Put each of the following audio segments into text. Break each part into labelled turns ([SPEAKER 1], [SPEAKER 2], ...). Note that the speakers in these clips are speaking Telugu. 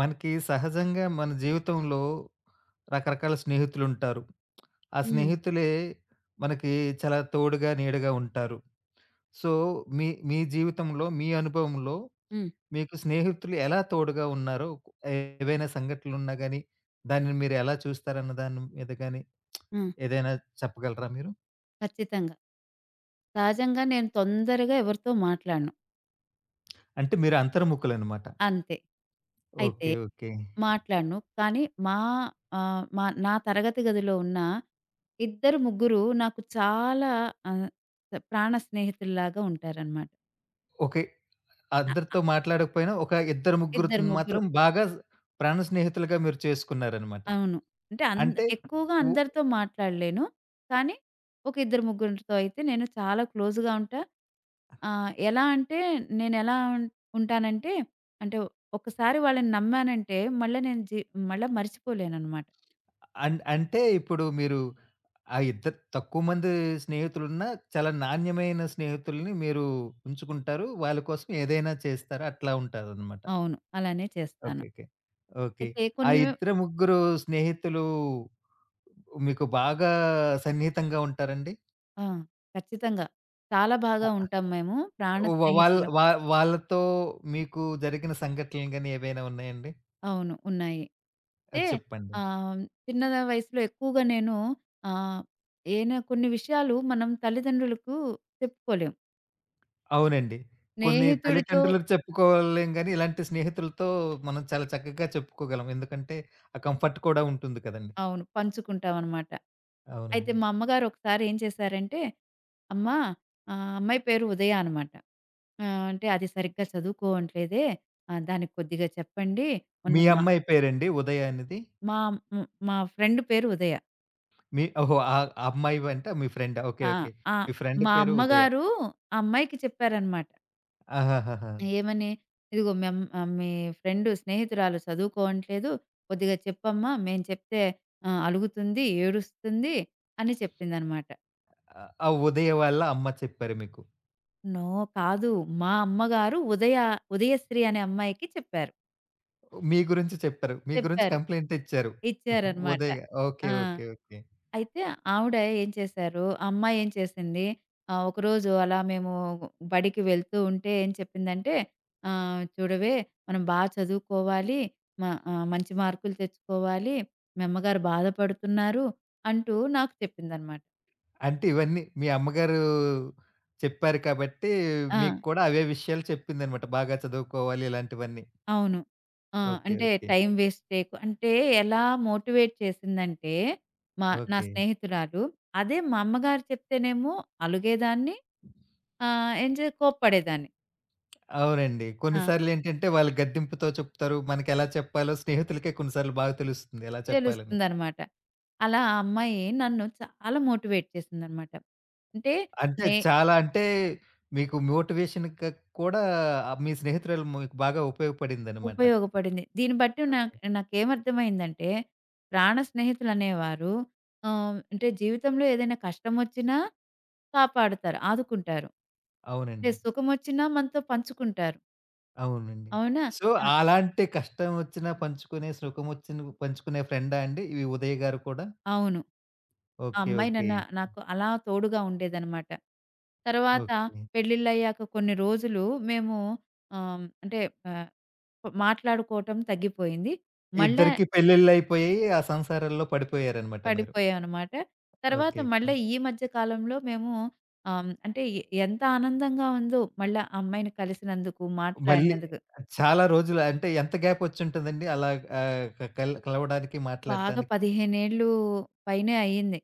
[SPEAKER 1] మనకి సహజంగా మన జీవితంలో రకరకాల స్నేహితులుంటారు. ఆ
[SPEAKER 2] హ్మ్.
[SPEAKER 1] స్నేహితులే మనకి చాలా తోడుగా, నీడగా ఉంటారు. సో, మీ మీ జీవితంలో, మీ అనుభవంలో
[SPEAKER 2] హ్మ్.
[SPEAKER 1] మీకు స్నేహితులు ఎలా తోడుగా ఉన్నారో ఏవైనా సంఘటనలున్నా గాని, దానిని మీరు ఎలా చూస్తారన్న దాని మీద గాని
[SPEAKER 2] ఆ!
[SPEAKER 1] ఏదైనా చెప్పగలరా మీరు?
[SPEAKER 2] ఖచ్చితంగా. సహజంగా నేను తొందరగా ఎవరితో మాట్లాడను.
[SPEAKER 1] అంటే మీరు అంతర్ముఖులనమాట.
[SPEAKER 2] అంతే. అయితే
[SPEAKER 1] ఓకే. ఓకే.
[SPEAKER 2] మాట్లాడను. కానీ మా ఆహ్, మా నా తరగతి గదిలో ఉన్న ఇద్దరు, ముగ్గురు నాకు చాలా ఆహ్, ప్రాణ స్నేహితుల్లాగా ఉంటారనమాట.
[SPEAKER 1] ఓకే.
[SPEAKER 2] ఆ!
[SPEAKER 1] అందరితో మాట్లాడకపోయినా ఒక ఇద్దరు
[SPEAKER 2] ఇద్దరు,
[SPEAKER 1] ముగ్గురిని
[SPEAKER 2] ముగ్గురు.
[SPEAKER 1] మాత్రం బాగా ప్రాణ స్నేహితులుగా మీరు చేసుకున్నారనమాట.
[SPEAKER 2] అవును. అంటే అన్
[SPEAKER 1] అంటే
[SPEAKER 2] ఎక్కువగా
[SPEAKER 1] ఉ
[SPEAKER 2] అందరితో మాట్లాడలేను. కానీ ఒక ఇద్దరు ముగ్గురితో అయితే నేను చాలా క్లోజ్‌గా ఉంటా. ఎలా అంటే నేనెలా ఉన్ ఉంటానంటే అంటే ఒకసారి వాళ్ళని నమ్మానంటే మళ్ళా నేను జీ మళ్ళా మర్చిపోలేననమాట.
[SPEAKER 1] అన్ అంటే ఇప్పుడు మీరు ఆ ఇద్దరు తక్కువ మంది స్నేహితులున్నా చాలా నాణ్యమైన స్నేహితుల్ని మీరు ఉంచుకుంటారు. వాళ్ళ కోసం ఏదైనా చేస్తారు. అట్లా ఉంటారనమాట.
[SPEAKER 2] అవును. అలానే చేస్తాను.
[SPEAKER 1] ఓకే. ఓకే. ఓకే.
[SPEAKER 2] అయితే
[SPEAKER 1] ఆ
[SPEAKER 2] కొన్ని
[SPEAKER 1] ఇద్దరు ముగ్గురు స్నేహితులు మీకు బాగా సన్నిహితంగా ఉంటారండి?
[SPEAKER 2] ఆ! ఖచ్చితంగా. చాలా బాగా ఉంటాం మేము. ప్రాణ
[SPEAKER 1] వ వాళ్ళ
[SPEAKER 2] స్నేహితులం.
[SPEAKER 1] వా వాళ్ళతో మీకు జరిగిన సంఘటనలు గాని ఏవైనా ఉన్నాయండి?
[SPEAKER 2] అవును. ఉన్నాయి. అయితే
[SPEAKER 1] అది చెప్పండి.
[SPEAKER 2] ఆహ్, చిన్న వయసులో ఎక్కువగా నేను ఆహ్, ఏనా కొన్ని విషయాలు మనం తల్లిదండ్రులకు చెప్పుకోలేం.
[SPEAKER 1] అవునండి. కొన్ని
[SPEAKER 2] స్నేహితుడితో
[SPEAKER 1] తల్లిదండ్రులకు చెప్పుకోలేం గాని, ఇలాంటి స్నేహితులతో మనం చాలా చక్కగా చెప్పుకోగలం. ఎందుకంటే, ఆ కంఫర్ట్ కూడా ఉంటుంది కదండీ.
[SPEAKER 2] అవును. పంచుకుంటామనమాట. అయితే
[SPEAKER 1] అవునండి.
[SPEAKER 2] మా అమ్మగారు ఒకసారి ఏం చేశారంటే, "అమ్మా అమ్మాయి పేరు ఉదయ అనమాట. అంటే అది సరిగ్గా చదువుకోవట్లేదే. దానికి కొద్దిగా చెప్పండి." మొన్న
[SPEAKER 1] మీ
[SPEAKER 2] మా
[SPEAKER 1] అమ్మాయి పేరండి ఉదయ అనేది?
[SPEAKER 2] మా హ్మ్. మా ఫ్రెండ్ పేరు ఉదయ.
[SPEAKER 1] మీ ఓహో! ఆ ఆ అమ్మాయి అంటే మీ ఫ్రెండా? ఓకే.
[SPEAKER 2] ఆ!
[SPEAKER 1] ఓకే.
[SPEAKER 2] ఆ!
[SPEAKER 1] మీ ఫ్రెండ్
[SPEAKER 2] మా
[SPEAKER 1] పేరు ఉదయ.
[SPEAKER 2] అమ్మగారు ఆ అమ్మాయికి చెప్పారనమాట.
[SPEAKER 1] ఆహాహాహా!
[SPEAKER 2] ఏమని? "ఇదిగో మేమ్ మీ స్నేహితురాలు చదువుకోవట్లేదు. కొద్దిగా చెప్పమ్మా! మేము చెప్తే అలుగుతుంది, ఏడుస్తుంది" అని చెప్పిందనమాట.
[SPEAKER 1] ఆ ఆ ఉదయ వాళ్ళ అమ్మ చెప్పారు మీకు.
[SPEAKER 2] నో కాదు. మా అమ్మగారు ఉదయశ్రీ అనే అమ్మాయికి చెప్పారు.
[SPEAKER 1] మీ గురించి చెప్పారు. మీ గురించి
[SPEAKER 2] చెప్పారు.
[SPEAKER 1] కంప్లెయింట్ ఇచ్చారు.
[SPEAKER 2] ఇచ్చారనమాట.
[SPEAKER 1] ఉదయ ఓకే.
[SPEAKER 2] ఆ!
[SPEAKER 1] ఓకే. ఓకే.
[SPEAKER 2] అయితే ఆవిడ ఏం చేశారు, ఆ అమ్మాయి ఏం చేసింది, ఒకరోజు అలా మేము బడికి వెళ్తూ ఉంటే ఏం చెప్పిందంటే, "చూడవే మనం బా చదువుకోవాలి, మ మంచి మార్కులు తెచ్చుకోవాలి, మీ అమ్మగారు బాధపడుతున్నారు" అంటూ నాకు చెప్పిందనమాట.
[SPEAKER 1] అంటే ఇవన్నీ మీ అమ్మగారు చెప్పారు కాబట్టి,
[SPEAKER 2] ఆ!
[SPEAKER 1] మీకు కూడా అవే విషయాలు చెప్పిందనమాట. బాగా చదువుకోవాలి ఇలాంటివన్నీ.
[SPEAKER 2] అవును. ఆ!
[SPEAKER 1] ఓకే.
[SPEAKER 2] అంటే
[SPEAKER 1] ఓకే.
[SPEAKER 2] టైం వేస్ట్ చేయకు అంటే ఎలా మోటివేట్ చేసిందంటే, నా
[SPEAKER 1] ఓకే.
[SPEAKER 2] స్నేహితురాలు, అదే మా అమ్మగారు చెప్తేనేమో అలుగేదాన్ని, ఆహ్, ఏం చే కోప్పడేదాన్ని.
[SPEAKER 1] అవునండి.
[SPEAKER 2] ఆ!
[SPEAKER 1] కొన్నిసార్లేంటంటే వాళ్ళు గద్దింపుతో చెప్తారు. మనకెలా చెప్పాలో స్నేహితులకే కొన్ని సార్లు బాగా తెలుస్తుంది ఎలా చెప్పాలనేది.
[SPEAKER 2] తెలుస్తుందనమాట. అలా ఆ అమ్మాయి నన్ను చాలా మోటివేట్ చేసిందనమాట. అంటే
[SPEAKER 1] అంటే
[SPEAKER 2] నే
[SPEAKER 1] చాలా అంటే మీకు మోటివేషన్‌గా కూడా ఆ మీ స్నేహితురాలు మీకు బాగా ఉపయోగపడిందనమాట.
[SPEAKER 2] ఉపయోగపడింది. దీన్ని బట్టి
[SPEAKER 1] ఓకే.
[SPEAKER 2] నాకేమర్థమైందంటే ప్రాణ స్నేహితులనేవారు అంటే జీవితంలో ఏదైనా కష్టమొచ్చినా కాపాడుతారు, ఆదుకుంటారు. అంటే
[SPEAKER 1] అవునండి.
[SPEAKER 2] సుఖమొచ్చినా మనతో పంచుకుంటారు.
[SPEAKER 1] అవునండి.
[SPEAKER 2] అవునా?
[SPEAKER 1] సో,
[SPEAKER 2] ఆ!
[SPEAKER 1] అలాంటి కష్టం ఒచ్చినా పంచుకునే, సుఖమొచ్చిన పంచుకునే ఫ్రెండా అండి ఈ ఉదయ్ గారు కూడా?
[SPEAKER 2] అవును. ఆ
[SPEAKER 1] ఓకే.
[SPEAKER 2] అమ్మాయి
[SPEAKER 1] ఓకే.
[SPEAKER 2] నాకు అలా తోడుగా ఉండేదనమాట. తర్వాత
[SPEAKER 1] ఓకే.
[SPEAKER 2] పెళ్ళిళ్ళయ్యాక కొన్ని రోజులు మేము ఆహ్, అంటే ఆహ్ మాట్లాడుకోవటం తగ్గిపోయింది. మళ్ళా
[SPEAKER 1] ఇద్దరికీ పెళ్లిళ్ళయిపోయాయి. ఆ సంసారాల్లో పడిపోయారనమాట మీరు.
[SPEAKER 2] పడిపోయామనమాట. తర్వాత
[SPEAKER 1] ఓకే. ఓకే.
[SPEAKER 2] మళ్ళా ఈ మధ్య కాలంలో మేము ఆహ్, హ్మ్, అంటే ఎ ఎంత ఆనందంగా ఉందో మళ్ళా ఆ అమ్మాయిని కలిసినందుకు,
[SPEAKER 1] మళ్ళీ
[SPEAKER 2] మాట్లాడినందుకు.
[SPEAKER 1] చాలా రోజులు అంటే ఎంత గ్యాపొచ్చుంటదండి అలా ఆహ్, క కల్ కలవడానికి,
[SPEAKER 2] బాగా
[SPEAKER 1] మాట్లాడటానికి?
[SPEAKER 2] 15 ఏళ్ళు పైనే అయింది.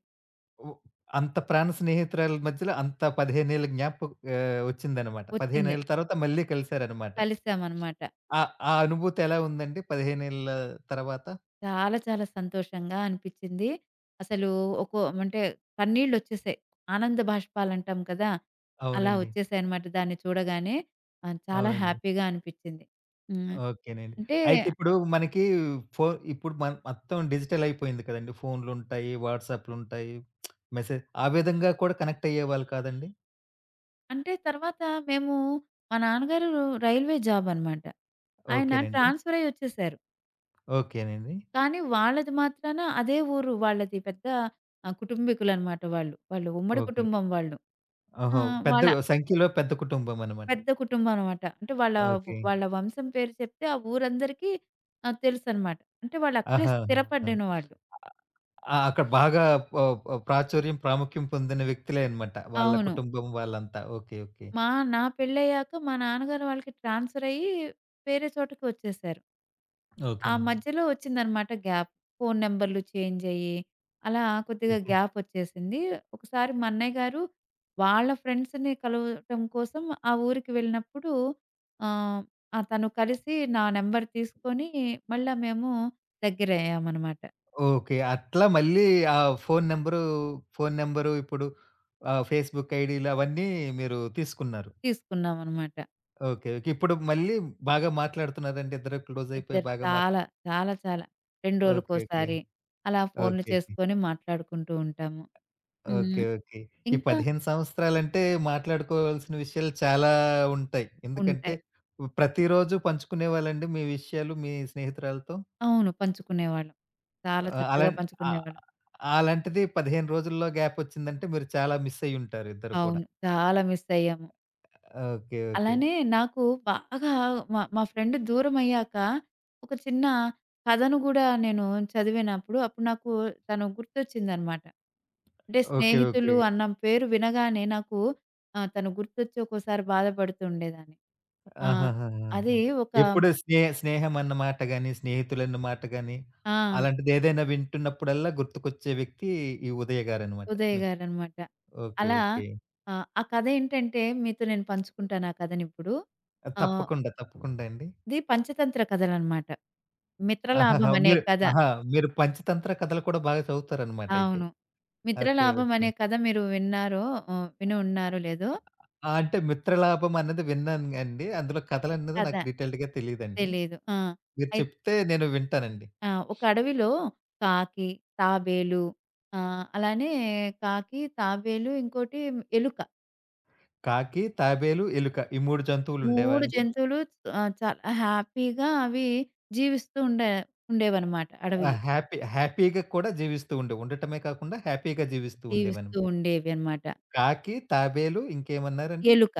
[SPEAKER 1] ఉ అంత ప్రాణ స్నేహితురాల మధ్యలో అంత 15 ఏళ్ల జ్ఞాపకం వచ్చిందనమాట. 15
[SPEAKER 2] వచ్చింది.
[SPEAKER 1] ఏళ్ల తర్వాత మళ్ళీ కలిసారనమాట.
[SPEAKER 2] కలిసామనమాట.
[SPEAKER 1] ఆ ఆ అనుభూతి ఎలా ఉందండి 15 ఏళ్ల తర్వాత?
[SPEAKER 2] చాలా చాలా సంతోషంగా అనిపిచ్చింది. అసలు ఒక్కో అంటే కన్నీళ్ళొచ్చేసాయి. ఆనంద బాష్పాలంటాం కదా! అలా
[SPEAKER 1] అవునండి.
[SPEAKER 2] వచ్చేసాయనమాట దాన్ని చూడగానే. చాలా
[SPEAKER 1] అవునండి.
[SPEAKER 2] హ్యాపీగా అనిపిచ్చింది. హ్మ్.
[SPEAKER 1] ఓకేనండి.
[SPEAKER 2] అంటే
[SPEAKER 1] అయితే ఇప్పుడు మనకి ఫో ఇప్పుడు మన మొత్తం డిజిటల్ అయిపోయింది కదండీ. ఫోన్‌లుంటాయి, వాట్సాప్‌లుంటాయి, మెసేజ్ ఆ విధంగా కూడా కనెక్ట్ అయ్యేవాళ్ళు కాదండి?
[SPEAKER 2] అంటే తర్వాత మేము మా నాన్నగారు రైల్వే జాబ్ అనమాట. ఆయన
[SPEAKER 1] ఓకేనండి.
[SPEAKER 2] ట్రాన్స్‌ఫర్ అయ్యి వచ్చేసారు.
[SPEAKER 1] ఓకేనండి.
[SPEAKER 2] కానీ వాళ్ళది మాత్రాన అదే ఊరు. వాళ్ళది పెద్ద కుటుంబీకులనమాట వాళ్ళు. వాళ్ళు ఉమ్మడి
[SPEAKER 1] ఓకే.
[SPEAKER 2] కుటుంబం వాళ్ళు. ఆ!
[SPEAKER 1] ఓహో! పెద్ద
[SPEAKER 2] వాళ్ళ
[SPEAKER 1] సంఖ్యలో పెద్ద కుటుంబం అనమాట.
[SPEAKER 2] పెద్ద కుటుంబం అనమాట. అంటే వాళ్ళ
[SPEAKER 1] ఓకే.
[SPEAKER 2] వాళ్ళ వంశం పేరు చెప్తే ఆ ఊరందరికీ తెలుసనమాట. అంటే వాళ్ళక్కడే
[SPEAKER 1] ఆహాహా!
[SPEAKER 2] స్థిరపడిన వాళ్ళు.
[SPEAKER 1] ఆ! అక్కడ బాగా ప ప ప్రాచుర్యం, ప్రాముఖ్యం పొందిన వ్యక్తులే అనమాట. వాళ్ళ
[SPEAKER 2] అవును.
[SPEAKER 1] కుటుంబం వాళ్ళంతా. ఓకే. ఓకే.
[SPEAKER 2] మా నా పెళ్ళయ్యాక మా నాన్నగారు వాళ్ళకి ట్రాన్స్‌ఫర్ అయ్యి వేరే చోటకి వచ్చేసారు. ఆ
[SPEAKER 1] ఓకేనండి.
[SPEAKER 2] మధ్యలో వచ్చిందనమాట గ్యాప్. ఫోను నంబర్‌లు చేంజ్ అయ్యి, అలా కొద్దిగా
[SPEAKER 1] ఓకే.
[SPEAKER 2] గ్యాప్ ఒచ్చేసింది. ఒకసారి మా అన్నయ్య గారు వాళ్ళ ఫ్రెండ్స్‌ని కలవటం కోసం ఆ ఊరికి వెళ్ళినప్పుడు ఆహ్, ఆ! తను కలిసి నా నంబర్ తీసుకొని మళ్ళా మేము దగ్గరయ్యామనమాట.
[SPEAKER 1] ఓకే. అట్లా మళ్ళీ ఆ ఫోను నంబరు, ఫోను నంబరు ఇప్పుడు ఫేస్‌బుక్ ఐడీలు అవన్నీ మీరు తీసుకున్నారు.
[SPEAKER 2] తీసుకున్నామనమాట.
[SPEAKER 1] ఓకే. ఓకే. ఇప్పుడు మళ్ళీ బాగా మాట్లాడుతున్నారండి ఇద్దరు క్లోజయిపోయి
[SPEAKER 2] ఇద్దరు
[SPEAKER 1] బాగా మాట్లా
[SPEAKER 2] చాలా, చాలా, చాలా 2
[SPEAKER 1] ఓకే. ఓకే.
[SPEAKER 2] రోజులకోసారి అలా ఫోన్‌లు
[SPEAKER 1] ఓకే. ఓకే.
[SPEAKER 2] చేసుకొని మాట్లాడుకుంటూ ఉంటాము. హ్మ్.
[SPEAKER 1] ఓకే. ఓకే. ఈ
[SPEAKER 2] ఇంకా
[SPEAKER 1] 15 సంవత్సరాలంటే మాట్లాడుకోవాల్సిన విషయాలు చాలా ఉంటాయి. ఎందుకంటే
[SPEAKER 2] ఉంటాయి.
[SPEAKER 1] ప్రతిరోజు పంచుకునేవాళ్ళండి మీ విషయాలు మీ స్నేహితురాలతో?
[SPEAKER 2] అవును. పంచుకునేవాళ్ళం. చాలా
[SPEAKER 1] ఆహ్,
[SPEAKER 2] చక్కగా
[SPEAKER 1] అలాం ఆహ్,
[SPEAKER 2] పంచుకునేవాళ్ళం.
[SPEAKER 1] అలాంటిది 15 రోజుల్లో గ్యాపొచ్చిందంటే మీరు చాలా మిస్సయ్యుంటారు ఇద్దరు కూడా.
[SPEAKER 2] అవును. చాలా మిస్సయ్యాము.
[SPEAKER 1] ఓకే. ఓకే.
[SPEAKER 2] అలానే నాకు బాగా మా మా ఫ్రెండ్ దూరమయ్యాక, ఒక చిన్న కథను గూడా నేను చదివినప్పుడు, అప్పుడు నాకు తను గుర్తొచ్చిందనమాట. అంటే
[SPEAKER 1] ఓకే. ఓకే.
[SPEAKER 2] స్నేహితులు అన్న పేరు వినగానే నాకు తను గుర్తొచ్చి ఒక్కోసారి బాధపడుతూ ఉండేదాన్ని. ఆ! అది
[SPEAKER 1] ఆహాహాహాహా!
[SPEAKER 2] ఒక
[SPEAKER 1] ఎప్పుడు స్నేహం అన్న మాట గాని, స్నేహితులన్న మాట గాని,
[SPEAKER 2] ఆ!
[SPEAKER 1] అలాంటిదేదైనా వింటున్నప్పుడల్లా గుర్తుకొచ్చే వ్యక్తి ఈ ఉదయ గారనమాట
[SPEAKER 2] ఉదయ్
[SPEAKER 1] మీకు.
[SPEAKER 2] గారనమాట.
[SPEAKER 1] ఓకే.
[SPEAKER 2] అలా
[SPEAKER 1] ఓకే.
[SPEAKER 2] ఆ కథ ఏంటంటే మీతో నేను పంచుకుంటాను ఆ కథనిప్పుడు.
[SPEAKER 1] ఆ!
[SPEAKER 2] ఆహ్,
[SPEAKER 1] తప్పకుండా. తప్పకుండా అండి.
[SPEAKER 2] ఇది పంచతంత్ర కథలనమాట.
[SPEAKER 1] ఆహాహా!
[SPEAKER 2] 'మిత్రలాభం' అనే
[SPEAKER 1] మీరు
[SPEAKER 2] కథ.
[SPEAKER 1] ఆహా! మీరు పంచతంత్ర కథలు కూడా బాగా చదువుతారనమాట అయితే.
[SPEAKER 2] అవును.
[SPEAKER 1] ఓకే.
[SPEAKER 2] 'మిత్రలాభం'
[SPEAKER 1] ఓకే.
[SPEAKER 2] అనే కథ మీరు విన్నారో విని ఉన్నారో లేదో
[SPEAKER 1] ఆ! అంటే 'మిత్రలాభం' అన్నది విన్నానండి. అందులో కథలన్నది
[SPEAKER 2] కథ
[SPEAKER 1] నాకు డీటెయిల్డ్‌గా తెలీదండి.
[SPEAKER 2] తెలీదు. ఆ!
[SPEAKER 1] మీరు
[SPEAKER 2] అయి
[SPEAKER 1] చెప్తే నేను వింటానండి.
[SPEAKER 2] ఆ! ఒక అడవిలో కాకి, తాబేలు అలానే కాకి, తాబేలు ఇంకోటి ఎలుక.
[SPEAKER 1] కాకి, తాబేలు, ఎలుక ఈ 3 జంతువులుండేవా
[SPEAKER 2] 3
[SPEAKER 1] అండి?
[SPEAKER 2] జంతువులు చాలా హ్యాపీగా అవి జీవిస్తూ ఉండేవన్నమాట
[SPEAKER 1] ఆ!
[SPEAKER 2] అడవిలో.
[SPEAKER 1] హ్యాపీ హ్యాపీగా కూడా జీవిస్తూ ఉండే. ఉండటమే కాకుండా హ్యాపీగా జీవిస్తూ ఉండేవనమ
[SPEAKER 2] జీవిస్తూ ఉండేవి అన్నమాట.
[SPEAKER 1] కాకి, తాబేలు ఇంకేమన్నారండి?
[SPEAKER 2] ఎలుక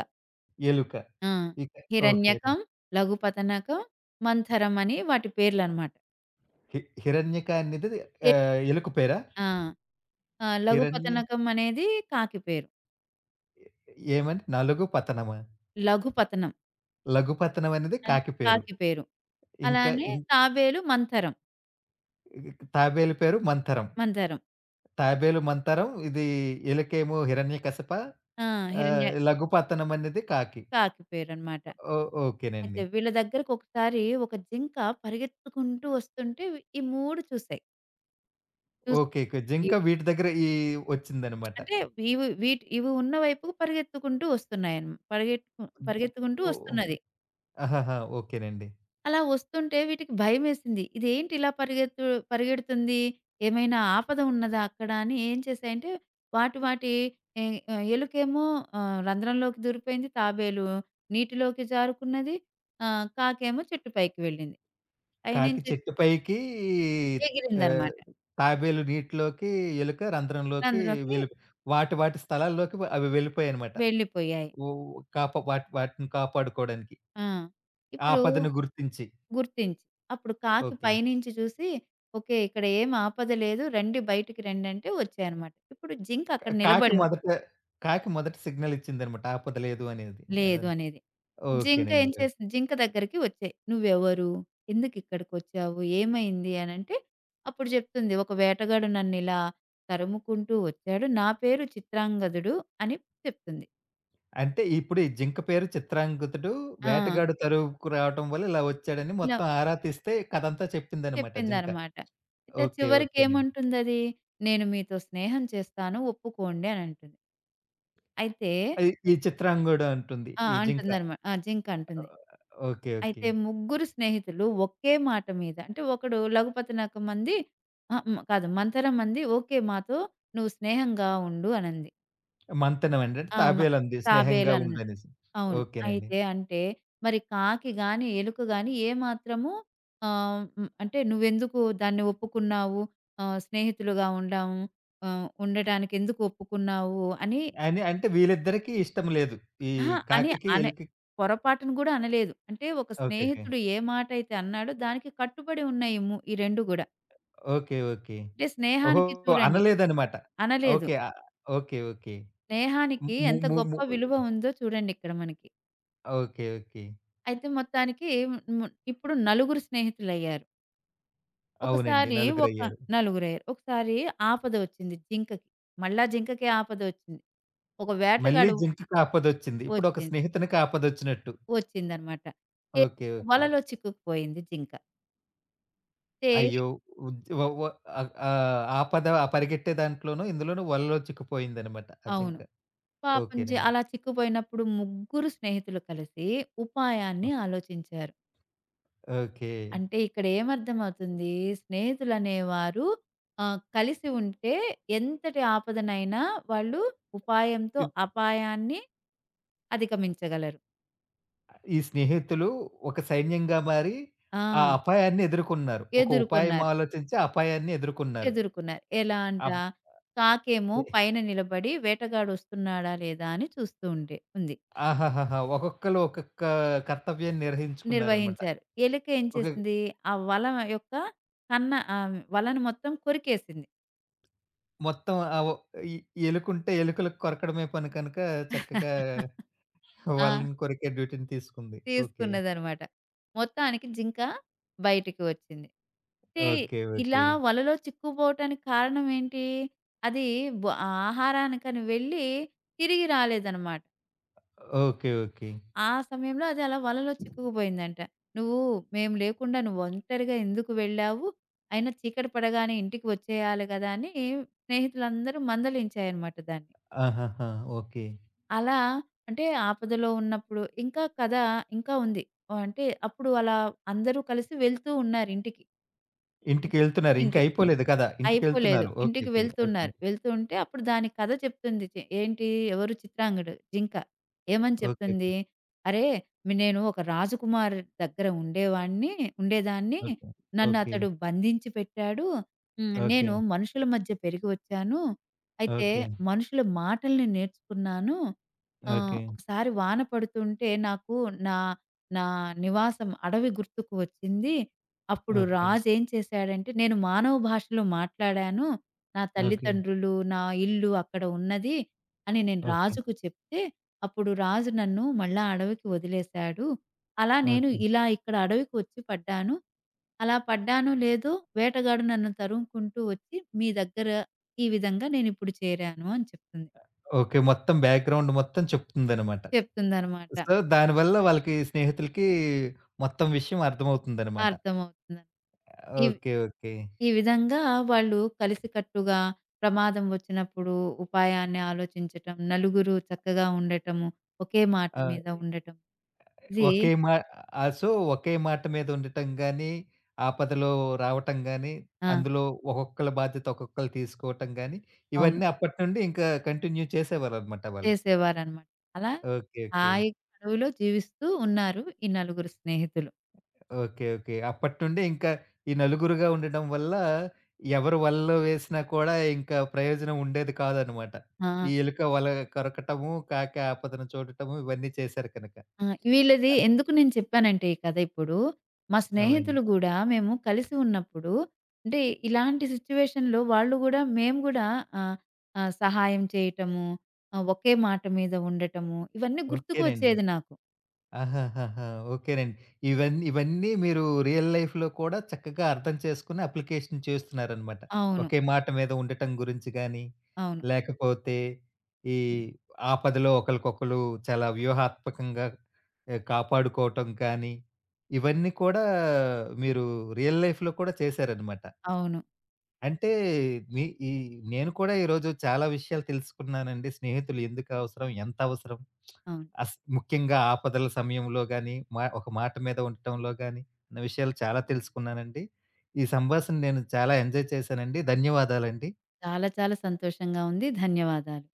[SPEAKER 1] ఎలుక.
[SPEAKER 2] ఆ!
[SPEAKER 1] ఇక ఓకే.
[SPEAKER 2] హిరణ్యకం, లఘుపతనకం, మంథరం అని వాటి పేర్లన్నమాట.
[SPEAKER 1] హి హిరణ్యక అనేది
[SPEAKER 2] ఎ
[SPEAKER 1] ఎలుక పేరా?
[SPEAKER 2] ఆ! ఆ! లఘు
[SPEAKER 1] హిరణ్య
[SPEAKER 2] పతనకం అనేది కాకి పేరు.
[SPEAKER 1] ఏమని? నలుగు పతనమా?
[SPEAKER 2] లఘు పతనం
[SPEAKER 1] లఘు పతనం అనేది
[SPEAKER 2] అని
[SPEAKER 1] కాకి పేరు.
[SPEAKER 2] కాకి పేరు.
[SPEAKER 1] ఇంకా
[SPEAKER 2] అలానే
[SPEAKER 1] ఇం
[SPEAKER 2] తాబేలు మంతరం.
[SPEAKER 1] తాబేలు పేరు మంతరం.
[SPEAKER 2] మంతరం. ఇద్
[SPEAKER 1] తాబేలు మంతరం ఇది ఎలుకేమో హిరణ్యకశప.
[SPEAKER 2] ఆ! హిరణ్య
[SPEAKER 1] లఘు పతనం అనేది కాకి.
[SPEAKER 2] కాకి పేరనమాట.
[SPEAKER 1] ఓ
[SPEAKER 2] అయితే
[SPEAKER 1] ఓకేనండి.
[SPEAKER 2] వీళ్ళ దగ్గరకి ఒకసారి ఒక జింక పరిగెత్తుకుంటూ వస్తుంటే ఈ 3 చూసాయి. చూసి
[SPEAKER 1] ఓకే. ఓకే.
[SPEAKER 2] ఇ-
[SPEAKER 1] జింక వీటి దగ్గర ఈ వచ్చిందనమాట.
[SPEAKER 2] అంటే ఇవి ఉన్న వైపుకు పరిగెత్తుకుంటూ వస్తున్నాయన్ పరిగెత్తు
[SPEAKER 1] హ్మ్.
[SPEAKER 2] పరిగెత్తుకుంటూ
[SPEAKER 1] ఓహ్!
[SPEAKER 2] వస్తున్నది.
[SPEAKER 1] ఆహాహా! ఓకేనండి.
[SPEAKER 2] అలా వస్తుంటే వీటికి భయమేసింది. ఇదేంటి ఇలా పరిగెడుతుంది? ఏమైనా ఆపద ఉన్నదా అక్కడ? అని ఏం చేశాయంటే వాటి వాటి ఎ ఎలుకేమో రంధ్రంలోకి దూరిపోయింది. తాబేలు నీటిలోకి జారుకున్నది. కాకేమో చెట్టు పైకి వెళ్ళింది.
[SPEAKER 1] కాకి
[SPEAKER 2] పైనుంచి
[SPEAKER 1] చెట్టు పైకి ఆహ్,
[SPEAKER 2] ఎగిరిందనమాట.
[SPEAKER 1] తాబేలు నీటిలోకి, ఎలుక రంధ్రంలోకి
[SPEAKER 2] అందులోకి
[SPEAKER 1] వెళ్ళి వాటి వాటి స్థలాల్లోకి అవి వెళ్ళిపోయాయన్నమాట.
[SPEAKER 2] వెళ్ళిపోయాయి.
[SPEAKER 1] ఓ కాపా వాటి వాటిని కాపాడుకోవడానికి.
[SPEAKER 2] ఆ! ఇప్పుడు
[SPEAKER 1] ఆపదను గుర్తించి.
[SPEAKER 2] గుర్తించి, అప్పుడు కాకి
[SPEAKER 1] ఓకే.
[SPEAKER 2] పైనుంచి చూసి, "ఓకే. ఇక్కడ ఏం ఆపద లేదు. రండి బయటికి రండంటే" వచ్చాయనమాట. ఇప్పుడు జింక
[SPEAKER 1] కా
[SPEAKER 2] అక్కడ
[SPEAKER 1] కాకి
[SPEAKER 2] నిలబడి
[SPEAKER 1] మొదట కాకి మొదట సిగ్నల్ ఇచ్చిందన్నమాట. ఆపద లేదు అనేది.
[SPEAKER 2] లేదు
[SPEAKER 1] అదని
[SPEAKER 2] అనేది. జింక ఏం
[SPEAKER 1] ఓకేనండి. ఓకే.
[SPEAKER 2] చేసింది జింక దగ్గరికి వచ్చాయి. "నువ్వెవరు? ఎందుకిక్కడికొచ్చావు? ఏమైంది?" అనంటే అప్పుడు చెప్తుంది, "ఒక వేటగాడు నన్నిలా తరుముకుంటూ వచ్చాడు. నా పేరు చిత్రాంగదుడు" అని చెప్తుంది.
[SPEAKER 1] అంటే ఇప్పుడు ఈ జింక పేరు చిత్రాంగతుడు.
[SPEAKER 2] ఆ!
[SPEAKER 1] వేటగాడు తరువుకు రావటం వల్ల ఇలా వచ్చాడని
[SPEAKER 2] ఇలా
[SPEAKER 1] మొత్తం ఆరా తీస్తే కథంతా చెప్పిందన్నమాట జింక.
[SPEAKER 2] చెప్పిందనమాట. అయితే
[SPEAKER 1] ఓకే. ఓకేనండి.
[SPEAKER 2] చివరికేమంటుందది? "నేను మీతో స్నేహం చేస్తాను. ఒప్పుకోండి" అనంటుంది. అయితే
[SPEAKER 1] ఆహ్, ఈ చిత్రాంగ్ గూడా ఉంటుంది.
[SPEAKER 2] ఆ!
[SPEAKER 1] ఈ జింక.
[SPEAKER 2] అంటుందనమాట. ఆ! జింక అంటుంది.
[SPEAKER 1] ఓకే. ఓకే.
[SPEAKER 2] అయితే ముగ్గురు స్నేహితులు ఒకే మాట మీద అంటే ఒకడు లగుపతినక మంది అహా! హ్మ్. కాదు మంతెన మంది "ఓకే. మాతో నువ్వు స్నేహంగా ఉండు" అనంది.
[SPEAKER 1] మంతెన అండి. అంటే
[SPEAKER 2] ఆ!
[SPEAKER 1] తాబేలంది. స్నేహంగా
[SPEAKER 2] తాబేలన్నది.
[SPEAKER 1] ఉండనేసి.
[SPEAKER 2] అవును.
[SPEAKER 1] ఓకేనండి.
[SPEAKER 2] అయితే అంటే మరి కాకి గాని, ఎలుక గాని ఏ మాత్రము ఆహ్, హ్మ్. అంటే "నువ్వెందుకు దాన్ని ఒప్పుకున్నావు? స్నేహితులుగా ఉండాము ఉండటానికి ఎందుకు ఒప్పుకున్నావు?" అని
[SPEAKER 1] అని అంటే వీళ్ళిద్దరికీ ఇష్టం లేదు. ఈ
[SPEAKER 2] అహా!
[SPEAKER 1] కాకికి,
[SPEAKER 2] అనే
[SPEAKER 1] ఎలుకకి
[SPEAKER 2] పొరపాటున గూడా అనలేదు. అంటే ఒక
[SPEAKER 1] ఓకే. ఓకే.
[SPEAKER 2] స్నేహితుడు ఏ మాటైతే అన్నాడో దానికి కట్టుబడి ఉన్నాయి ఈ 2 గూడా.
[SPEAKER 1] ఓకే. ఓకే.
[SPEAKER 2] అంటే
[SPEAKER 1] ఓహో!
[SPEAKER 2] స్నేహానికి చూడండి
[SPEAKER 1] అనలేదనమాట.
[SPEAKER 2] అనలేదు.
[SPEAKER 1] ఓకే. ఓకే. ఓకే.
[SPEAKER 2] స్నేహానికి
[SPEAKER 1] ము
[SPEAKER 2] ఎంత
[SPEAKER 1] ము
[SPEAKER 2] గొప్ప
[SPEAKER 1] ము
[SPEAKER 2] విలువ ఉందో చూడండి ఇక్కడ మనకి.
[SPEAKER 1] ఓకే. ఓకే.
[SPEAKER 2] అయితే మొత్తానికి ము ఇప్పుడు నలుగురు స్నేహితులయ్యారు.
[SPEAKER 1] అవునండి.
[SPEAKER 2] ఒకసారి ఒక
[SPEAKER 1] నలుగురయ్యారు.
[SPEAKER 2] నలుగురయ్యారు. ఒకసారి ఆపద వచ్చింది జింకకి. మళ్ళా జింకకే ఆపద వచ్చింది. ఒక
[SPEAKER 1] మళ్ళీ
[SPEAKER 2] వేటగాడు
[SPEAKER 1] జింకకి ఆపదొచ్చింది. ఇప్పుడు ఒక
[SPEAKER 2] వచ్చింది
[SPEAKER 1] స్నేహితునికి ఆపదొచ్చినట్టు.
[SPEAKER 2] వచ్చిందనమాట. ఏ
[SPEAKER 1] ఓకే. ఓకే.
[SPEAKER 2] వలలో చిక్కుకుపోయింది జింక. తే
[SPEAKER 1] అయ్యో! ఉద్ వ వ ఆహ్, ఆహ్, ఆపద పరిగెట్టే దాంట్లోనూ, ఇందులోనూ వలలో చిక్కుపోయిందనమాట ఆ
[SPEAKER 2] అవును.
[SPEAKER 1] జింక.
[SPEAKER 2] పాపం
[SPEAKER 1] ఓకేనండి.
[SPEAKER 2] అలా చిక్కుపోయినప్పుడు ముగ్గురు స్నేహితులు కలిసి ఉపాయాన్ని ఆలోచించారు.
[SPEAKER 1] ఓకే.
[SPEAKER 2] అంటే ఇక్కడ ఏమర్థమవుతుంది స్నేహితులనేవారు కలిసి ఉంటే ఎంతటి ఆపదనైనా వాళ్ళు ఉపాయంతో
[SPEAKER 1] ఇద్
[SPEAKER 2] అపాయాన్ని అధిగమించగలరు.
[SPEAKER 1] ఈ స్నేహితులు ఒక సైన్యంగా మారి,
[SPEAKER 2] ఆ!
[SPEAKER 1] ఆ అపాయాన్ని ఎదుర్కొన్నారు. ఒక ఉపాయం
[SPEAKER 2] ఎదుర్కొన్నారు.
[SPEAKER 1] ఆలోచించి ఆ అపాయాన్ని ఎదుర్కొన్నారు.
[SPEAKER 2] ఎదుర్కొన్నారు. ఎలా అంట
[SPEAKER 1] అబ్
[SPEAKER 2] కాకేమో
[SPEAKER 1] ఎ
[SPEAKER 2] పైన నిలబడి వేటగాడొస్తున్నాడా లేదా అని చూస్తూ ఉండే ఉంది.
[SPEAKER 1] ఆహాహాహా! ఒక్కొక్కళ్ళు ఒక్కొక్క కర్తవ్యాన్ని నిర్వహించుకున్నారనమాట.
[SPEAKER 2] నిర్వహించారు. ఎలుక ఏం
[SPEAKER 1] ఒక
[SPEAKER 2] చేసింది, ఆ వల యొక్క వలను మొత్తం కొరికేసింది.
[SPEAKER 1] మొత్తం ఆహ్, ఒ ఎ ఎలుకుంటే ఎలుకలకు కొరకడమే పని కనుక చక్కగా
[SPEAKER 2] ఆ!
[SPEAKER 1] వాళ్ళని కొరికే డ్యూటీని తీసుకుంది. ఓకే.
[SPEAKER 2] తీసుకున్నదనమాట. మొత్తానికి జింక బయటికి వచ్చింది. అంటే
[SPEAKER 1] ఓకే.
[SPEAKER 2] ఇలా
[SPEAKER 1] ఓకే.
[SPEAKER 2] వలలో చిక్కుపోవటానికి కారణం ఏంటి? అది బ ఆహారానికని వెళ్ళి తిరిగి రాలేదనమాట.
[SPEAKER 1] ఓకే. ఓకే.
[SPEAKER 2] ఆ సమయంలో అది అలా వలలో చిక్కుకుపోయిందంట. "నువ్వు మేము లేకుండా నువ్వు ఒంటరిగా ఎందుకు వెళ్ళావు? అయినా చీకటి పడగానే ఇంటికి వచ్చేయాలి గదా!" అని స్నేహితులందరూ మందలించాయనమాట దాన్ని.
[SPEAKER 1] ఆహాహా! ఓకే.
[SPEAKER 2] అలా అంటే ఆపదలో ఉన్నప్పుడు ఇంకా కథ ఇంకా ఉంది. ఆ, అంటే అప్పుడు అలా అందరూ కలిసి వెళ్తూ ఉన్నారింటికి. ఇప్
[SPEAKER 1] ఇంటికెళ్తున్నారు. ఇంకా
[SPEAKER 2] ఇంటి
[SPEAKER 1] అయిపోలేదు కదా!
[SPEAKER 2] అయిపోలేదు.
[SPEAKER 1] ఇంటికెళ్తున్నారు. ఓకే.
[SPEAKER 2] ఇంటికి
[SPEAKER 1] ఓకే.
[SPEAKER 2] వెళ్తున్నారు. వెళ్తుంటే అప్పుడు దాని కథ చెప్తుంది. ఏంటి ఎవరు చిత్రాంగడు జింక. ఏమని
[SPEAKER 1] ఓకే.
[SPEAKER 2] చెప్తుంది? "అరే! నేను ఒక రాజకుమారి దగ్గర ఉండేదాన్ని.
[SPEAKER 1] ఓకే. ఓకే.
[SPEAKER 2] నన్నతడు బంధించి పెట్టాడు. హ్మ్.
[SPEAKER 1] ఓకే.
[SPEAKER 2] నేను మనుషుల మధ్య పెరిగి వచ్చాను. అయితే
[SPEAKER 1] ఓకే.
[SPEAKER 2] మనుషుల మాటల్ని నేర్చుకున్నాను." ఆ!
[SPEAKER 1] ఓకే.
[SPEAKER 2] ఒకసారి వాన పడుతుంటే నాకు నా నా నివాసం అడవి గుర్తుకు వచ్చింది. అప్పుడు
[SPEAKER 1] ఓకే.
[SPEAKER 2] రాజు ఏం చేశాడంటే, నేను మానవ భాషలో మాట్లాడాను. నా
[SPEAKER 1] ఓకే. ఓకే.
[SPEAKER 2] తల్లిదండ్రులు, నా ఇల్లు అక్కడ ఉన్నది అని నేను
[SPEAKER 1] ఓకే.
[SPEAKER 2] రాజుకు చెప్తే, అప్పుడు రాజు నన్ను మళ్ళా అడవికి వదిలేశాడు. అలా నేను
[SPEAKER 1] ఓకే.
[SPEAKER 2] ఇలా ఇక్కడ అడవికి వచ్చి పడ్డాను. అలా పడ్డానో లేదో వేటగాడు నన్ను తరుముకుంటూ వచ్చి మీ దగ్గర ఈ విధంగా నేనిప్పుడు చేరాను అని చెప్తుంది.
[SPEAKER 1] ఓకే. మొత్తం బ్యాక్‌గ్రౌండ్ మొత్తం చెప్తుందనమాట.
[SPEAKER 2] చెప్తుందనమాట.
[SPEAKER 1] సో, దానివల్ల వాళ్ళకి స్నేహితులకి మొత్తం విషయం అర్థమవుతుందనమాట.
[SPEAKER 2] అర్థమవుతుందండి. ఈ
[SPEAKER 1] ఓకే. ఓకే.
[SPEAKER 2] ఈ విధంగా వాళ్ళు కలిసికట్టుగా ప్రమాదం వచ్చినప్పుడు ఉపాయాన్ని ఆలోచించటం, నలుగురు చక్కగా ఉండటము, ఒకే మాట
[SPEAKER 1] ఆ!
[SPEAKER 2] మీద ఉండటం. ఇది
[SPEAKER 1] ఒకే మా సో, ఒకే మాట మీద ఉండటం గాని, ఆపదలో రావటం గాని,
[SPEAKER 2] ఆ!
[SPEAKER 1] అందులో ఒక్కొక్కళ్ళ బాధ్యత ఒక్కొక్కళ్ళు తీసుకోవటం గాని,
[SPEAKER 2] అవును.
[SPEAKER 1] ఇవన్నీ అప్పటినుండి ఇంకా కంటిన్యూ చేసేవారనమాట వాళ్ళు.
[SPEAKER 2] చేసేవారనమాట. అలా
[SPEAKER 1] ఓకే. ఓకే.
[SPEAKER 2] హాయిగా అడవిలో జీవిస్తూ ఉన్నారు ఈ నలుగురు స్నేహితులు.
[SPEAKER 1] ఓకే. ఓకే. అప్పటినుండి ఇంకా ఈ నలుగురుగా ఉండడం వల్ల, ఎవరు వలలో వేసినా కూడా ఇంకా ప్రయోజనం ఉండేది కాదనమాట.
[SPEAKER 2] ఆ!
[SPEAKER 1] ఈ ఎలుక వల కొరకటము, కాకి ఆపదను చూడటము ఇవన్నీ చేశారు కనుక.
[SPEAKER 2] ఆ! వీళ్ళది
[SPEAKER 1] అన్
[SPEAKER 2] ఎందుకు నేను చెప్పానంటే ఈ కథ ఇప్పుడు, మా
[SPEAKER 1] అవునండి.
[SPEAKER 2] స్నేహితులు గూడా మేము కలిసి ఉన్నప్పుడు అంటే ఇలాంటి సిట్యుయేషన్‌లో వాళ్ళు గూడా మేము గూడా ఆహ్, ఆహ్, సహాయం చేయటము, ఒకే మాట మీద ఉండటము ఇవన్నీ
[SPEAKER 1] ఓకేనండి.
[SPEAKER 2] గుర్తుకొచ్చేది నాకు.
[SPEAKER 1] ఆహాహాహా! ఓకేనండి. ఇవన్నీ ఇవన్నీ మీరు రియల్ లైఫ్‌లో కూడా చక్కగా అర్థం చేసుకొని అప్లికేషన్ చేస్తున్నారనమాట.
[SPEAKER 2] అవును.
[SPEAKER 1] ఒకే మాట మీద ఉండటం గురించి గాని,
[SPEAKER 2] అవును.
[SPEAKER 1] లేకపోతే ఈ ఆపదలో ఒకళ్ళకొకళ్ళు చాలా వ్యూహాత్మకంగా కాపాడుకోవటం కానీ, ఇవన్నీ కూడా మీరు రియల్ లైఫ్‌లో కూడా చేశారనమాట.
[SPEAKER 2] అవును.
[SPEAKER 1] అంటే మీ ఈ నేను కూడా ఈరోజు చాలా విషయాలు తెలుసుకున్నానండి. స్నేహితులు ఎందుకవసరం? ఎంతవసరం?
[SPEAKER 2] అవును.
[SPEAKER 1] ముఖ్యంగా ఆపదల సమయంలో గాని, మా ఒక మాట మీద ఉండటంలో గాని అన్న విషయాలు చాలా తెలుసుకున్నానండి. ఈ సంభాషణ నేను చాలా ఎంజాయ్ చేశానండి. ధన్యవాదాలండి.
[SPEAKER 2] చాలా చాలా సంతోషంగా ఉంది. ధన్యవాదాలు.